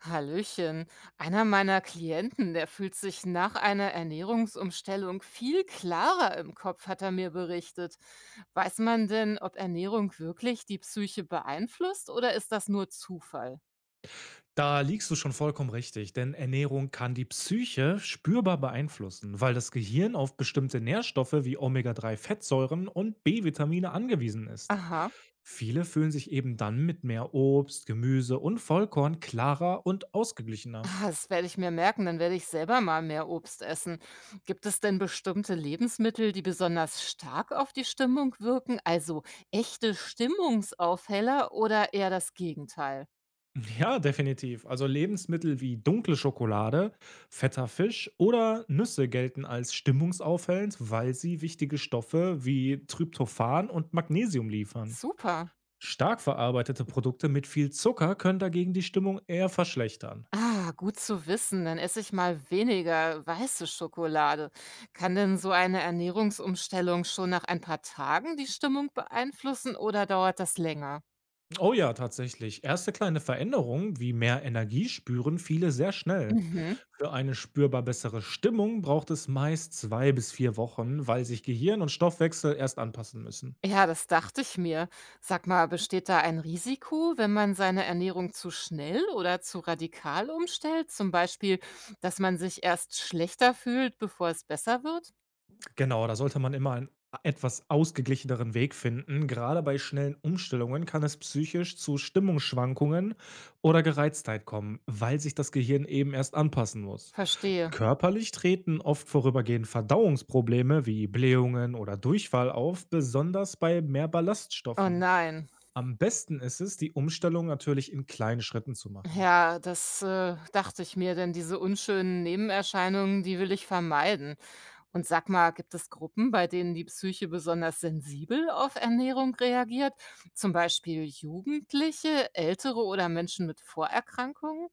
Hallöchen. Einer meiner Klienten, der fühlt sich nach einer Ernährungsumstellung viel klarer im Kopf, hat er mir berichtet. Weiß man denn, ob Ernährung wirklich die Psyche beeinflusst oder ist das nur Zufall? Da liegst du schon vollkommen richtig, denn Ernährung kann die Psyche spürbar beeinflussen, weil das Gehirn auf bestimmte Nährstoffe wie Omega-3-Fettsäuren und B-Vitamine angewiesen ist. Aha. Viele fühlen sich eben dann mit mehr Obst, Gemüse und Vollkorn klarer und ausgeglichener. Ah, das werde ich mir merken, dann werde ich selber mal mehr Obst essen. Gibt es denn bestimmte Lebensmittel, die besonders stark auf die Stimmung wirken? Also echte Stimmungsaufheller oder eher das Gegenteil? Ja, definitiv. Also Lebensmittel wie dunkle Schokolade, fetter Fisch oder Nüsse gelten als stimmungsaufhellend, weil sie wichtige Stoffe wie Tryptophan und Magnesium liefern. Super. Stark verarbeitete Produkte mit viel Zucker können dagegen die Stimmung eher verschlechtern. Ah, gut zu wissen, dann esse ich mal weniger weiße Schokolade. Kann denn so eine Ernährungsumstellung schon nach ein paar Tagen die Stimmung beeinflussen oder dauert das länger? Oh ja, tatsächlich. Erste kleine Veränderungen wie mehr Energie spüren viele sehr schnell. Mhm. Für eine spürbar bessere Stimmung braucht es meist 2 bis 4 Wochen, weil sich Gehirn und Stoffwechsel erst anpassen müssen. Ja, das dachte ich mir. Sag mal, besteht da ein Risiko, wenn man seine Ernährung zu schnell oder zu radikal umstellt? Zum Beispiel, dass man sich erst schlechter fühlt, bevor es besser wird? Genau, da sollte man immer einen etwas ausgeglicheneren Weg finden. Gerade bei schnellen Umstellungen kann es psychisch zu Stimmungsschwankungen oder Gereiztheit kommen, weil sich das Gehirn eben erst anpassen muss. Verstehe. Körperlich treten oft vorübergehend Verdauungsprobleme wie Blähungen oder Durchfall auf, besonders bei mehr Oh Ballaststoffen. nein. Am besten ist es, die Umstellung natürlich in kleinen Schritten zu machen. Ja, das, dachte ich mir, denn diese unschönen Nebenerscheinungen, die will ich vermeiden. Und sag mal, gibt es Gruppen, bei denen die Psyche besonders sensibel auf Ernährung reagiert? Zum Beispiel Jugendliche, Ältere oder Menschen mit Vorerkrankungen?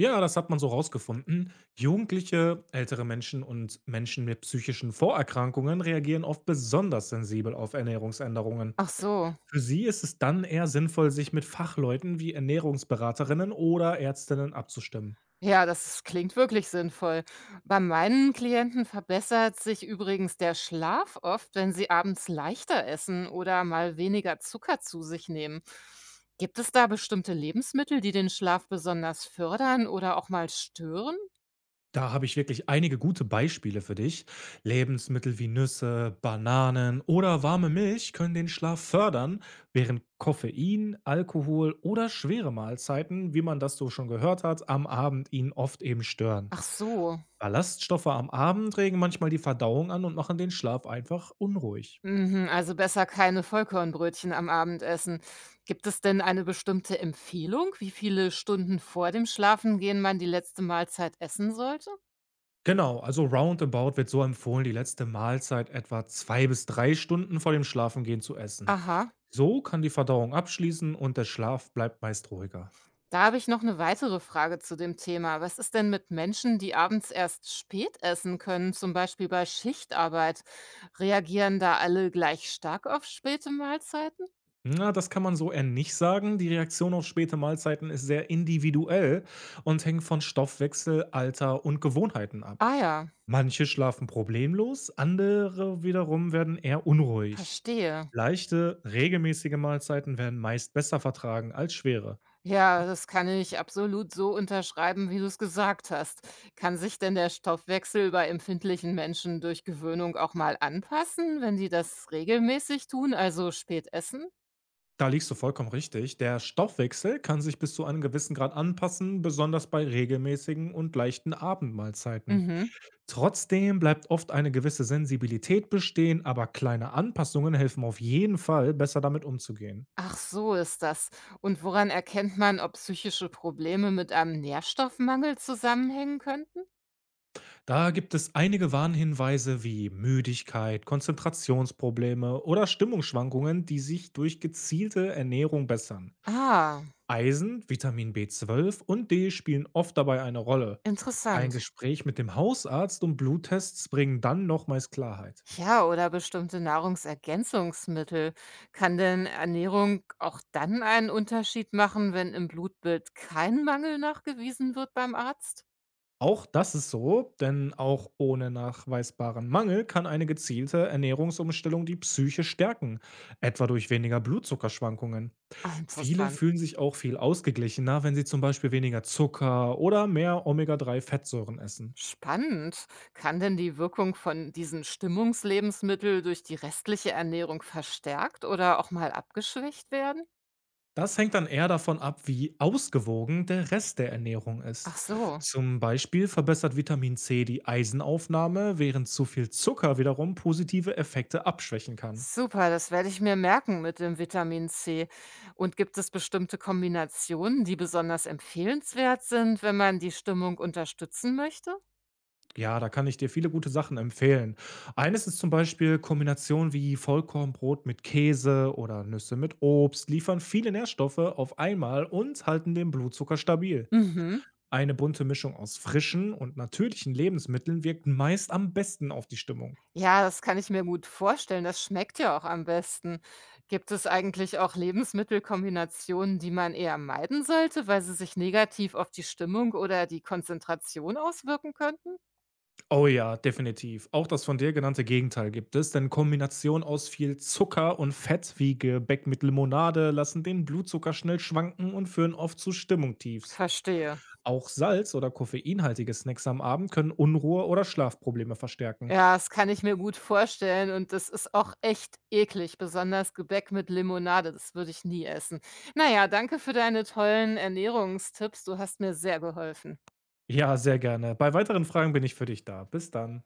Ja, das hat man so rausgefunden. Jugendliche, ältere Menschen und Menschen mit psychischen Vorerkrankungen reagieren oft besonders sensibel auf Ernährungsänderungen. Ach so. Für sie ist es dann eher sinnvoll, sich mit Fachleuten wie Ernährungsberaterinnen oder Ärztinnen abzustimmen. Ja, das klingt wirklich sinnvoll. Bei meinen Klienten verbessert sich übrigens der Schlaf oft, wenn sie abends leichter essen oder mal weniger Zucker zu sich nehmen. Gibt es da bestimmte Lebensmittel, die den Schlaf besonders fördern oder auch mal stören? Da habe ich wirklich einige gute Beispiele für dich. Lebensmittel wie Nüsse, Bananen oder warme Milch können den Schlaf fördern, während Koffein, Alkohol oder schwere Mahlzeiten, wie man das so schon gehört hat, am Abend ihn oft eben stören. Ach so. Ballaststoffe am Abend regen manchmal die Verdauung an und machen den Schlaf einfach unruhig. Mhm, also besser keine Vollkornbrötchen am Abendessen. Gibt es denn eine bestimmte Empfehlung, wie viele Stunden vor dem Schlafengehen man die letzte Mahlzeit essen sollte? Genau, also roundabout wird so empfohlen, die letzte Mahlzeit etwa 2 bis 3 Stunden vor dem Schlafengehen zu essen. Aha. So kann die Verdauung abschließen und der Schlaf bleibt meist ruhiger. Da habe ich noch eine weitere Frage zu dem Thema. Was ist denn mit Menschen, die abends erst spät essen können, zum Beispiel bei Schichtarbeit? Reagieren da alle gleich stark auf späte Mahlzeiten? Na, das kann man so eher nicht sagen. Die Reaktion auf späte Mahlzeiten ist sehr individuell und hängt von Stoffwechsel, Alter und Gewohnheiten ab. Ah ja, Manche schlafen problemlos, andere wiederum werden eher unruhig. verstehe. Leichte, regelmäßige Mahlzeiten werden meist besser vertragen als schwere. Ja, das kann ich absolut so unterschreiben, wie du es gesagt hast. Kann sich denn der Stoffwechsel bei empfindlichen Menschen durch Gewöhnung auch mal anpassen, wenn die das regelmäßig tun, also spät essen? Da liegst du vollkommen richtig. Der Stoffwechsel kann sich bis zu einem gewissen Grad anpassen, besonders bei regelmäßigen und leichten Abendmahlzeiten. Mhm. Trotzdem bleibt oft eine gewisse Sensibilität bestehen, aber kleine Anpassungen helfen auf jeden Fall, besser damit umzugehen. Ach so ist das. Und woran erkennt man, ob psychische Probleme mit einem Nährstoffmangel zusammenhängen könnten? Da gibt es einige Warnhinweise wie Müdigkeit, Konzentrationsprobleme oder Stimmungsschwankungen, die sich durch gezielte Ernährung bessern. Ah, Eisen, Vitamin B12 und D spielen oft dabei eine Rolle. Ein interessant. Gespräch mit dem Hausarzt und Bluttests bringen dann nochmals Klarheit. Ja, oder bestimmte Nahrungsergänzungsmittel. Kann denn Ernährung auch dann einen Unterschied machen, wenn im Blutbild kein Mangel nachgewiesen wird beim Arzt? Auch das ist so, denn auch ohne nachweisbaren Mangel kann eine gezielte Ernährungsumstellung die Psyche stärken, etwa durch weniger Blutzuckerschwankungen. Ah, Viele interessant. fühlen sich auch viel ausgeglichener, wenn sie zum Beispiel weniger Zucker oder mehr Omega-3-Fettsäuren essen. Spannend. Kann denn die Wirkung von diesen Stimmungslebensmitteln durch die restliche Ernährung verstärkt oder auch mal abgeschwächt werden? Das hängt dann eher davon ab, wie ausgewogen der Rest der Ernährung ist. Ach so. Zum Beispiel verbessert Vitamin C die Eisenaufnahme, während zu viel Zucker wiederum positive Effekte abschwächen kann. Super, das werde ich mir merken mit dem Vitamin C. Und gibt es bestimmte Kombinationen, die besonders empfehlenswert sind, wenn man die Stimmung unterstützen möchte? Ja, da kann ich dir viele gute Sachen empfehlen. Eines ist zum Beispiel Kombinationen wie Vollkornbrot mit Käse oder Nüsse mit Obst liefern viele Nährstoffe auf einmal und halten den Blutzucker stabil. Mhm. Eine bunte Mischung aus frischen und natürlichen Lebensmitteln wirkt meist am besten auf die Stimmung. Ja, das kann ich mir gut vorstellen. Das schmeckt ja auch am besten. Gibt es eigentlich auch Lebensmittelkombinationen, die man eher meiden sollte, weil sie sich negativ auf die Stimmung oder die Konzentration auswirken könnten? Oh ja, definitiv. Auch das von dir genannte Gegenteil gibt es, denn Kombinationen aus viel Zucker und Fett wie Gebäck mit Limonade lassen den Blutzucker schnell schwanken und führen oft zu Stimmungstiefs. Verstehe. Auch Salz oder koffeinhaltige Snacks am Abend können Unruhe oder Schlafprobleme verstärken. Ja, das kann ich mir gut vorstellen und das ist auch echt eklig, besonders Gebäck mit Limonade, das würde ich nie essen. Na ja, danke für deine tollen Ernährungstipps, du hast mir sehr geholfen. Ja, sehr gerne. Bei weiteren Fragen bin ich für dich da. Bis dann.